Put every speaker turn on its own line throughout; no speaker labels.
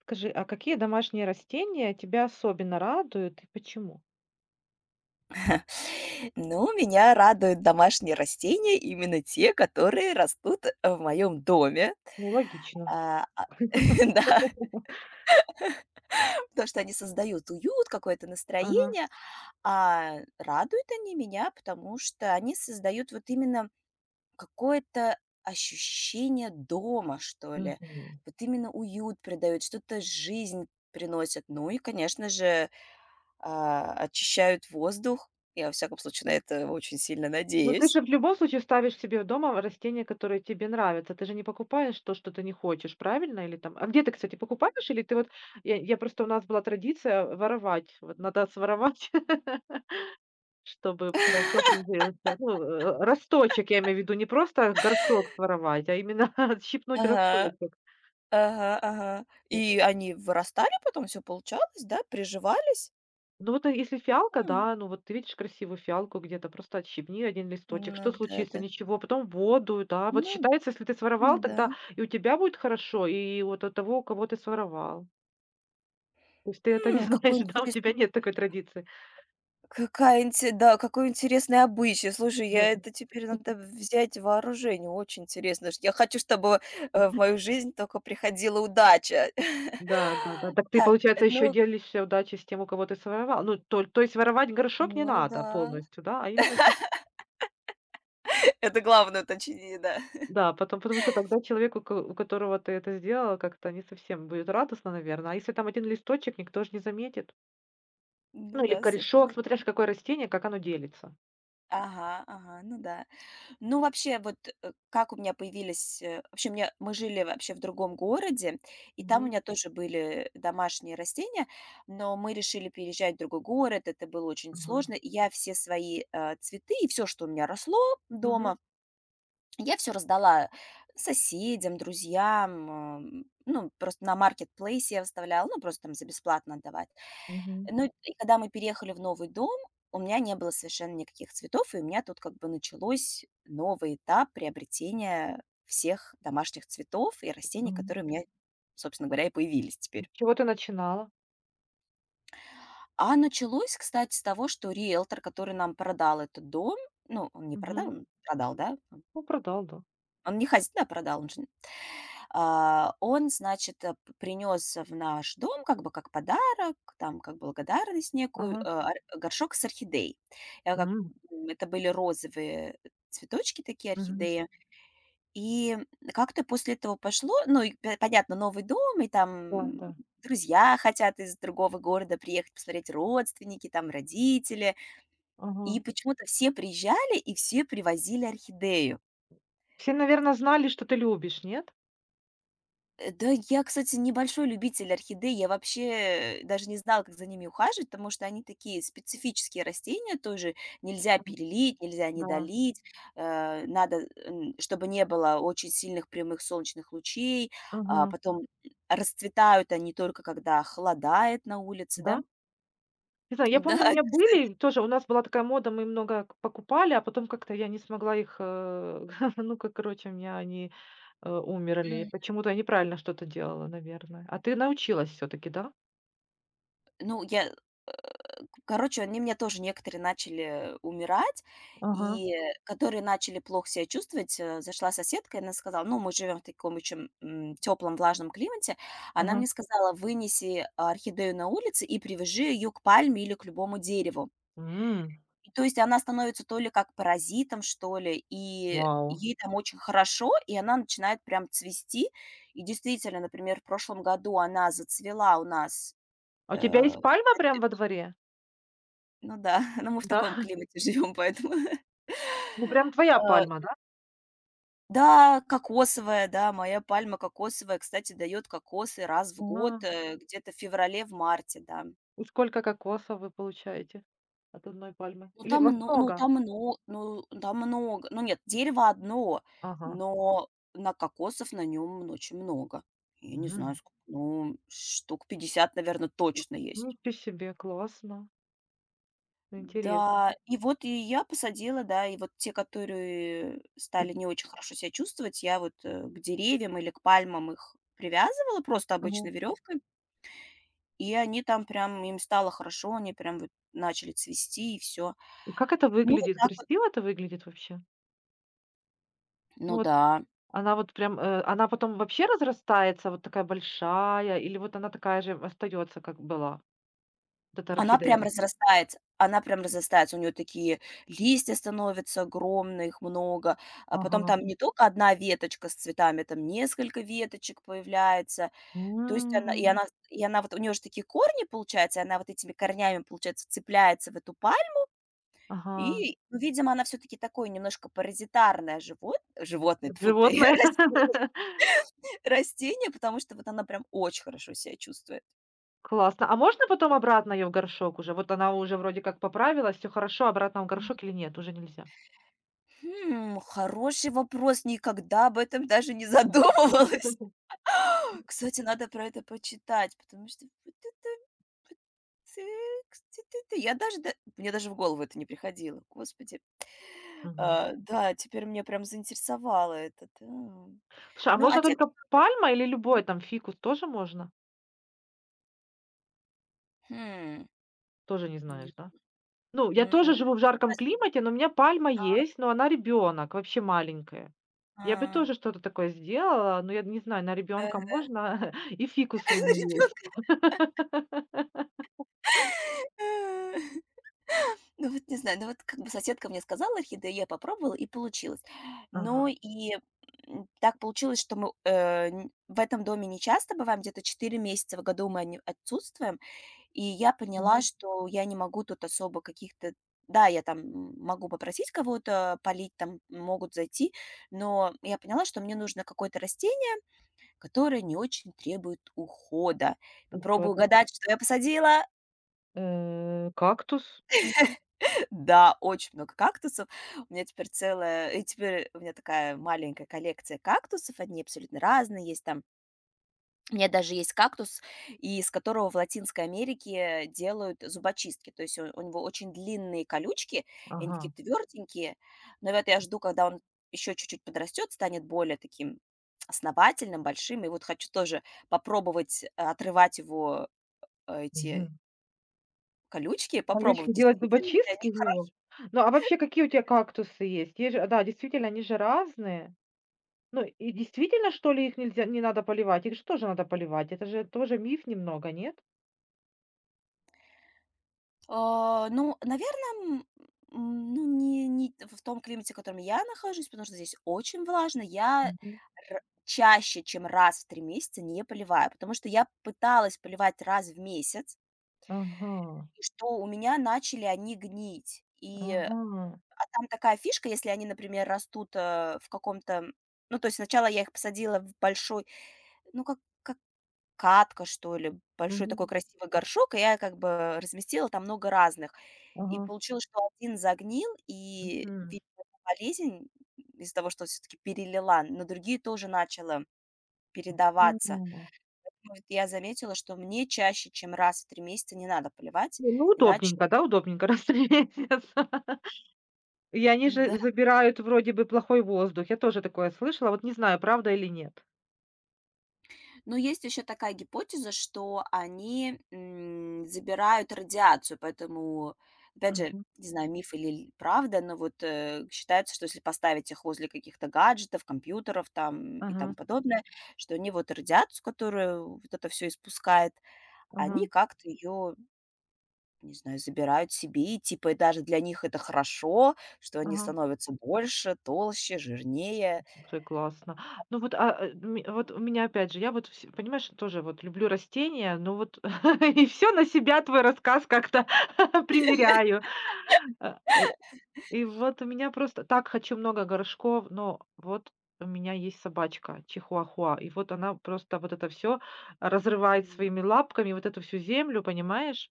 Скажи, а какие домашние растения тебя особенно радуют и почему?
Ну, меня радуют домашние растения, именно те, которые растут в моем доме.
Ну, логично.
А, а, да, потому что они создают уют, какое-то
Ага.
настроение, а радуют они меня, потому что они создают вот именно какое-то ощущение дома, что ли.
Мгм.
Вот именно уют придают, что-то жизнь приносят. Ну и, конечно же, очищают воздух. Я, во всяком случае, на это очень сильно
Ну, ты
надеюсь.
же в любом случае ставишь себе дома растения, которые тебе нравятся. Ты же не покупаешь то, что ты не хочешь, правильно? Или там... А где ты, кстати, покупаешь? Или ты вот... Я, я просто... У нас была традиция воровать. Вот надо своровать, чтобы хорошо прижился. Ну, э, росточек, я имею в виду, не просто горшок своровать, а именно отщипнуть
Ага.
росточек.
Ага, ага. И они вырастали потом, все получалось, да, приживались?
Ну вот, а если фиалка,
М,
да, ну вот ты видишь красивую фиалку где-то, просто отщебни один листочек.
ну
Что случится?
да-да.
Ничего. Потом воду, да. Вот
Ну
считается, если ты
ну
своровал,
да.
тогда и у тебя будет хорошо, и вот от того, у кого ты своровал. То есть ты это не
М,
знаешь,
какой
да, у тебя
интересный
нет такой традиции.
какая инте да, какой интересный обычай. Слушай,
Да,
я это теперь надо взять в вооружение. Очень интересно. Я хочу, чтобы, в мою жизнь только приходила удача.
да, да, да. Так ты,
Так,
получается, еще
ну
делишься удачей с тем, у кого ты своровал. Ну, то есть воровать горшок не
ну да.
надо полностью, да, а именно чуть.
Это главное уточнение, да.
Да, потому что тогда человеку, у которого ты это сделала, как-то не совсем будет радостно, наверное. А если там один листочек, никто же не заметит.
Ну
Ну, или
да,
корешок,
совершенно
смотря ж
верно.
какое растение, как оно делится.
Ага, ага, ну да. Ну, вообще, вот э, как у меня появились... э, Вообще, мы жили вообще в другом городе, и там у
Мгм.
меня тоже были домашние растения, но мы решили переезжать в другой город, это было очень
Ага.
сложно. Я все свои цветы и все, что у меня росло
Мгм.
дома, я все раздала соседям, друзьям, ну, просто на маркетплейсе я выставляла, ну, просто там за бесплатно отдавать.
Мгм.
Ну, и когда мы переехали в новый дом, у меня не было совершенно никаких цветов, и у меня тут как бы началось новый этап приобретения всех домашних цветов и растений,
Мгм.
которые у меня, собственно говоря, и появились
С
теперь.
чего ты начинала?
А началось, кстати, с того, что риэлтор, который нам продал этот дом, ну, он не продал,
Мгм.
он продал, да.
Ну, продал, да.
Он не хозя продал, он же А, он, значит, э, п принес в наш дом как бы как подарок, там как благодарность некую, э,
Ага.
ор горшок с орхидеей. Я как
М.
это были розовые цветочки такие,
Мгм.
орхидеи. И как-то после этого пошло, ну, и п понятно, новый дом, и
Да,
там
да.
друзья хотят из другого города приехать посмотреть, родственники, там родители. И
Ага.
почему-то все приезжали и все привозили орхидею.
Все, наверное, знали, что ты любишь, нет?
Да, я, кстати, небольшой любитель орхидей. Я вообще, даже не знала, как за ними ухаживать, потому что они такие специфические растения тоже. Нельзя перелить, нельзя
Да.
недолить. Надо, чтобы не было очень сильных прямых солнечных лучей. А
Ага.
потом расцветают они только когда холодает на улице, да.
Да? Не знаю, я
Да,
помню, у меня
кстати.
были тоже, у нас была такая мода, мы много к покупали, а потом как-то я не смогла их, ну, как короче, у меня они, умерли.
М,
Почему-то я неправильно что-то делала, наверное. А ты научилась все таки да?
ну, я они меня тоже некоторые начали умирать,
Ага.
и которые начали плохо себя чувствовать. Зашла соседка, и она сказала, ну, мы живем в таком очень теплом, влажном климате. Она
Ага.
мне сказала, вынеси орхидею на улице и привяжи ее к пальме или к любому дереву.
М,
И то есть она становится то ли как паразитом, что ли, и
вау.
ей там очень хорошо, и она начинает прям цвести. И действительно, например, в прошлом году она зацвела у нас.
А у тебя
э,
есть пальма прям во дворе?
ну да, но мы в
Да?
таком климате живем, поэтому.
Ну, прям твоя
А,
пальма, да?
да, кокосовая, да, моя пальма кокосовая, кстати, дает кокосы раз в год,
А
где-то в феврале, в марте, да.
и сколько кокосов вы получаете от одной пальмы?
Ну
Или у
там,
вас
мно ну
много?
там, мно ну там много, ну нет, дерево одно,
Ага.
но на кокосов на нем очень много. Я не знаю,
М,
сколько, ну штук 50 наверное точно есть.
ничего себе, классно, интересно.
Да, и вот я посадила, да, и вот те, которые
И.
стали не очень хорошо себя чувствовать, я вот, к деревьям или к пальмам их привязывала просто
Ага.
обычной веревкой, и они там прям, им стало хорошо, они прям вот начали цвести и все.
И как это
Ну, вот
выглядит?
так вот.
Красиво это выглядит вообще? Ну
Ну
вот
да,
она вот прям, она потом вообще разрастается, вот такая большая, или вот она такая же остается, как была, вот эта орхидея?
она прям разрастается, у нее такие листья становятся огромные, их много, а потом
Ага.
там не только одна веточка с цветами, там несколько веточек появляется. То есть
М,
она вот у нее же такие корни, получается, и она вот этими корнями, получается, цепляется в эту пальму.
ага.
И, ну, видимо, она все таки такое немножко паразитарное животное, тьфу ты,
Животное.
растение, потому что вот она прям очень хорошо себя чувствует.
Классно. А можно потом обратно ее в горшок уже? Вот она уже вроде как поправилась, все хорошо, обратно в горшок или нет, уже нельзя?
Хм, хороший вопрос, никогда об этом даже не
М.
задумывалась. Кстати, надо про это почитать, потому что вот это вот, э, кс ты я даже мне даже в голову это не приходило, господи.
Мгм.
А, да, теперь мне прям заинтересовало это, да.
Слушай, а
Ну, а
можно
те
только пальма или любой там фикус тоже можно?
мгм.
Тоже не знаешь,
Нет.
да? Ну, я
М-м. Ну
тоже живу в жарком
вот,
климате, но у меня пальма есть, но она ребенок, вообще маленькая. Я бы
а,
тоже что-то такое сделала, но я не знаю, на ребенка
э,
можно, и фикус у меня
ребёнка.
есть.
Ну вот не знаю, ну вот как бы соседка мне сказала орхидею, я попробовала и получилось. Но
Ага.
и, так получилось, что мы, э, н в этом доме не часто бываем, где-то 4 месяца в году мы они отсутствуем, и я поняла,
Ага.
что я не могу тут особо каких-то… да, я там, могу попросить кого-то полить, там могут зайти, но я поняла, что мне нужно какое-то растение, которое не очень требует ухода.
И что
Попробую
это?
угадать, что я посадила?
Кактус?
Да, очень много кактусов. У меня теперь целая и теперь у меня такая маленькая коллекция кактусов. Они абсолютно разные. Есть там у меня даже есть кактус, из которого в Латинской Америке делают зубочистки. То есть у него очень длинные колючки, и они такие
Ага,
тверденькие. Но вот я жду, когда он еще чуть-чуть подрастет, станет более таким основательным, большим. И вот хочу тоже попробовать, отрывать его,
мгм.
эти колючки, попробовать,
Колючки делать
действительно ли
зубочистки
они
из него?
хороши.
Ну, а вообще, какие у тебя кактусы есть? Есть же, да, действительно, они же разные. Ну, и действительно, что ли, их нельзя, не надо поливать? Их же тоже надо поливать. Это же тоже миф немного, нет?
Ну, наверное, ну, не не т- в том климате, в котором я нахожусь, потому что здесь очень влажно. Я
Мгм.
р чаще, чем раз в 3 месяца не поливаю, потому что я пыталась поливать раз в месяц,
Ага,
и что у меня начали они гнить.
ага,
Там такая фишка, если они, например, растут, в каком-то… ну, то есть сначала я их посадила в большой, ну, как катка, что ли, большой такой
мгм,
красивый горшок, и я как бы разместила там много разных. И
ага,
получилось, что один загнил, и,
мгм.
видимо, эта болезнь из-за того, что все таки перелила, на другие тоже начала передаваться.
М.
Вот я заметила, что мне чаще, чем раз в 3 месяца не надо поливать,
Не, ну,
иначе…
удобненько, да, удобненько рассредятся. И они
Да.
же забирают вроде бы плохой воздух. Я тоже такое слышала, вот не знаю, правда или нет.
Но есть еще такая гипотеза, что они, забирают радиацию, поэтому, опять же,
Мгм.
не знаю, миф или л правда, но вот, считается, что если поставить их возле каких-то гаджетов, компьютеров там и тому
Ага,
подобное, что они вот радиацию, которую вот это все испускает, они
ага,
как-то ее, не знаю, забирают себе. И типа и даже для них это хорошо, что они
ага.
становятся больше, толще, жирнее.
Слушай, классно. Ну вот, а, э, ме вот у меня опять же, я вот вс понимаешь, тоже вот люблю растения, но вот и все на себя твой рассказ как-то примеряю. А, э, и вот у меня просто так хочу много горшков, но вот у меня есть собачка чихуахуа, и вот она просто вот это все разрывает
М.
своими лапками, вот эту всю землю, понимаешь?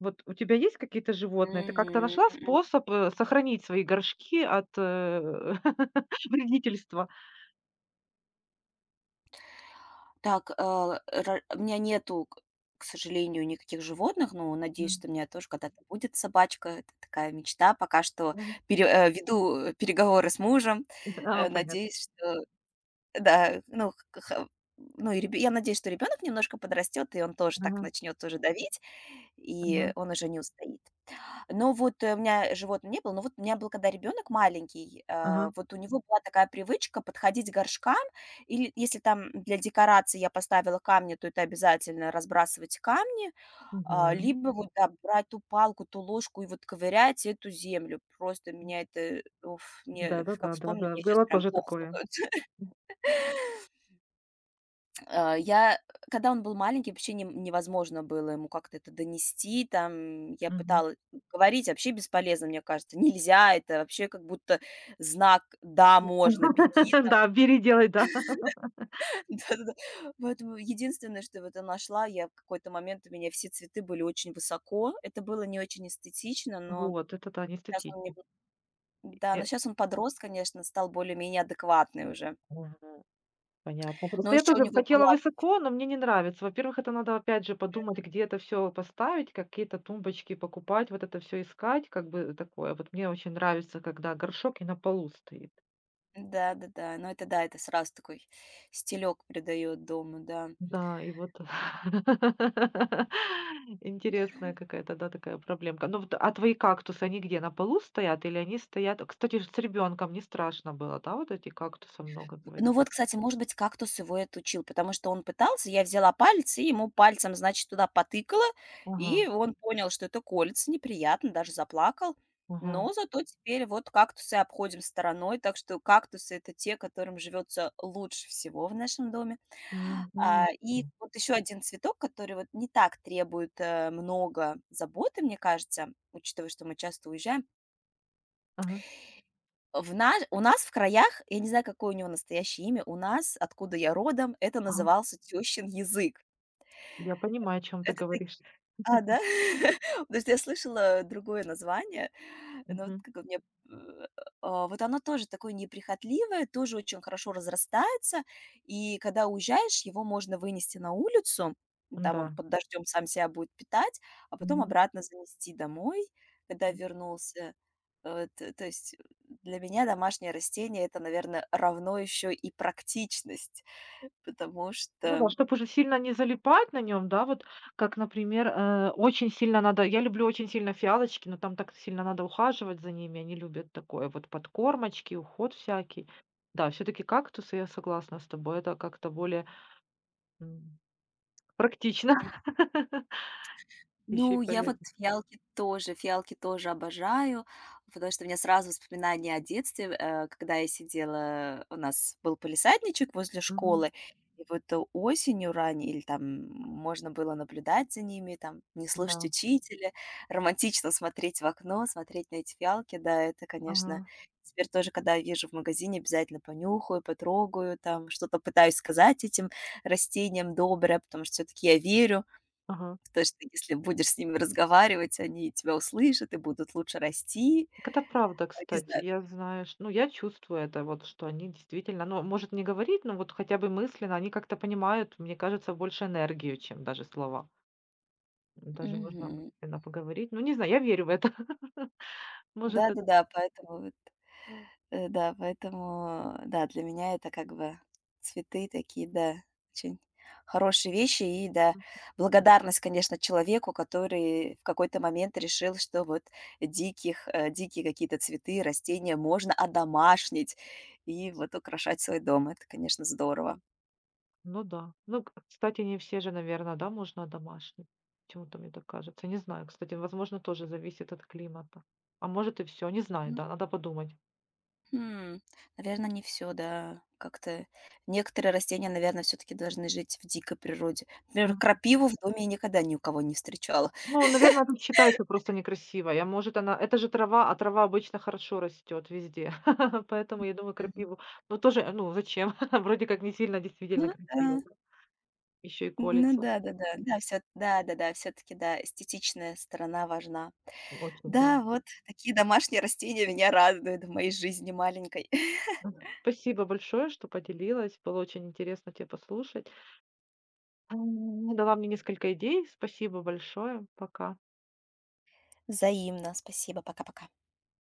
Вот у тебя есть какие-то животные? Ты как-то нашла
Мгм.
способ, сохранить свои горшки от, вредительства?
Так, а, ра у меня нету, к сожалению, никаких животных, но надеюсь,
М.
что у меня тоже когда-то будет собачка. Это такая мечта. Пока что переговоры с мужем.
А, понятно.
Надеюсь, что да, ну, х ха ну, и ребё я надеюсь, что ребенок немножко подрастет, и он тоже так
Ага,
начнет уже давить, и
ага,
он уже не устоит. Но вот, у меня животного не было, но вот у меня был когда ребенок маленький,
ага.
вот у него была такая привычка подходить к горшкам, или если там для декорации я поставила камни, то это обязательно разбрасывать камни,
Мгм.
либо вот, да, брать ту палку, ту ложку и вот ковырять эту землю. Просто меня это, уф, мне, как
Да-да-да,
вспомню,
да-да.
мне сейчас
Было
прям
тоже
плохо.
такое.
Э, я, когда он был маленький, вообще нем невозможно было ему как-то это донести, там, я
Мгм.
пыталась говорить, вообще бесполезно, мне кажется, нельзя, это вообще как будто знак "да, можно, беги",
Да, бери, делай, да.
да-да-да. Поэтому единственное, что вот я нашла, я в какой-то момент у меня все цветы были очень высоко, это было не очень эстетично, но
Вот, это да, не
щас он нем
эстетично.
да, но
Э,
сейчас он подрос, конечно, стал более-менее адекватный уже.
ага, понятно.
Но
Просто я
еще у
тоже
него
хотела
была…
высоко, но мне не нравится. Во-первых, это надо опять же подумать, где это все поставить, какие-то тумбочки покупать, вот это все искать, как бы такое. Вот мне очень нравится, когда горшок и на полу стоит.
Да-да-да. Ну, это да, это сразу такой стилёк придает дому, да.
Да, и вот интересная какая-то, да, такая проблемка. Ну вот, а твои кактусы, они где, на полу стоят или они стоят? Кстати, ж с ребенком не страшно было, да, вот эти кактусы много
Ну
заводить?
вот, кстати, может быть, кактус его и отучил, потому что он пытался, я взяла палец и ему пальцем, значит, туда потыкала,
Ага,
и он понял, что это колется неприятно, даже заплакал.
ага,
Но зато теперь вот кактусы обходим стороной, так что кактусы — это те, которым живется лучше всего в нашем доме.
мгм.
И вот еще один цветок, который вот не так требует, много заботы, мне кажется, учитывая, что мы часто уезжаем.
Ага,
В наш у нас в краях, я не знаю, какое у него настоящее имя, у нас, откуда я родом, это
ага.
назывался тещин язык.
Я понимаю, о чем ты
Это
говоришь.
а, да? Потому что я слышала другое название, но вот
Мгм.
как бы мне, э, вот оно тоже такое неприхотливое, тоже очень хорошо разрастается, и когда уезжаешь, его можно вынести на улицу, ну, там он
Да.
под дождем сам себя будет питать, а потом обратно занести домой, когда вернулся. Э, т то есть для меня домашнее растение — это, наверное, равно еще и практичность, потому
Ну да,
что…
чтобы уже сильно не залипать на нем, да, вот как, например, очень сильно надо я люблю очень сильно фиалочки, но там так сильно надо ухаживать за ними, они любят такое вот подкормочки, уход всякий. Да, все таки кактусы, я согласна с тобой, это как-то более, м, практично. Еще и
Ну, я вот
полезно.
фиалки тоже обожаю, потому что у меня сразу воспоминания о детстве, когда я сидела, у нас был палисадничек возле
Мгм.
школы, и вот осенью ранней или там можно было наблюдать за ними, там не слушать
Да.
учителя, романтично смотреть в окно, смотреть на эти фиалки. Да, это, конечно,
Ага.
теперь тоже, когда я вижу в магазине, обязательно понюхаю, потрогаю, там что-то пытаюсь сказать этим растениям доброе, потому что все-таки я верю
Ага.
то, что если будешь с ними разговаривать, они тебя услышат и будут лучше расти.
Так это правда,
А, не
кстати.
знаю.
Я, знаешь, ну, я чувствую это, вот, что они действительно, ну, может, не говорить, но вот хотя бы мысленно они как-то понимают, мне кажется, больше энергию, чем даже слова. Даже можно
Мгм.
мысленно поговорить. Ну, не знаю, я верю в это. Может, это...
Да-да-да, поэтому вот, поэтому, да, для меня это как бы цветы такие, да, очень хорошие вещи. И да, благодарность, конечно, человеку, который в какой-то момент решил, что вот дикие какие-то цветы, растения можно одомашнить и вот украшать свой дом. Это, конечно, здорово.
Ну, да. Ну, к- кстати, не все же, наверное, да, можно домашний. Почему-то мне так кажется. Не знаю, кстати, возможно, тоже зависит от климата. А может и все, не знаю, да, надо подумать.
Хм, наверное, не все, да. Как-то некоторые растения, наверное, все таки должны жить в дикой природе. Например, крапиву в доме я никогда ни у кого не встречала.
Ну, наверное, тут считается просто некрасиво. Я, может, она это же трава, а трава обычно хорошо растет везде. Поэтому, я думаю,
Мгм.
крапиву ну, тоже, ну, зачем? Вроде как не сильно
Ну
действительно
да,
красиво, да. Еще и
ну
колется.
да-да-да, да, да, да, всё, да-да-да, все таки да, да, все-таки, да, эстетичная сторона важна.
Очень,
Да,
да.
вот такие домашние растения меня радуют в моей жизни маленькой.
Спасибо большое, что поделилась. Было очень интересно тя послушать. М, дала мне несколько идей. Спасибо большое. Пока.
Взаимно. Спасибо. Пока-пока.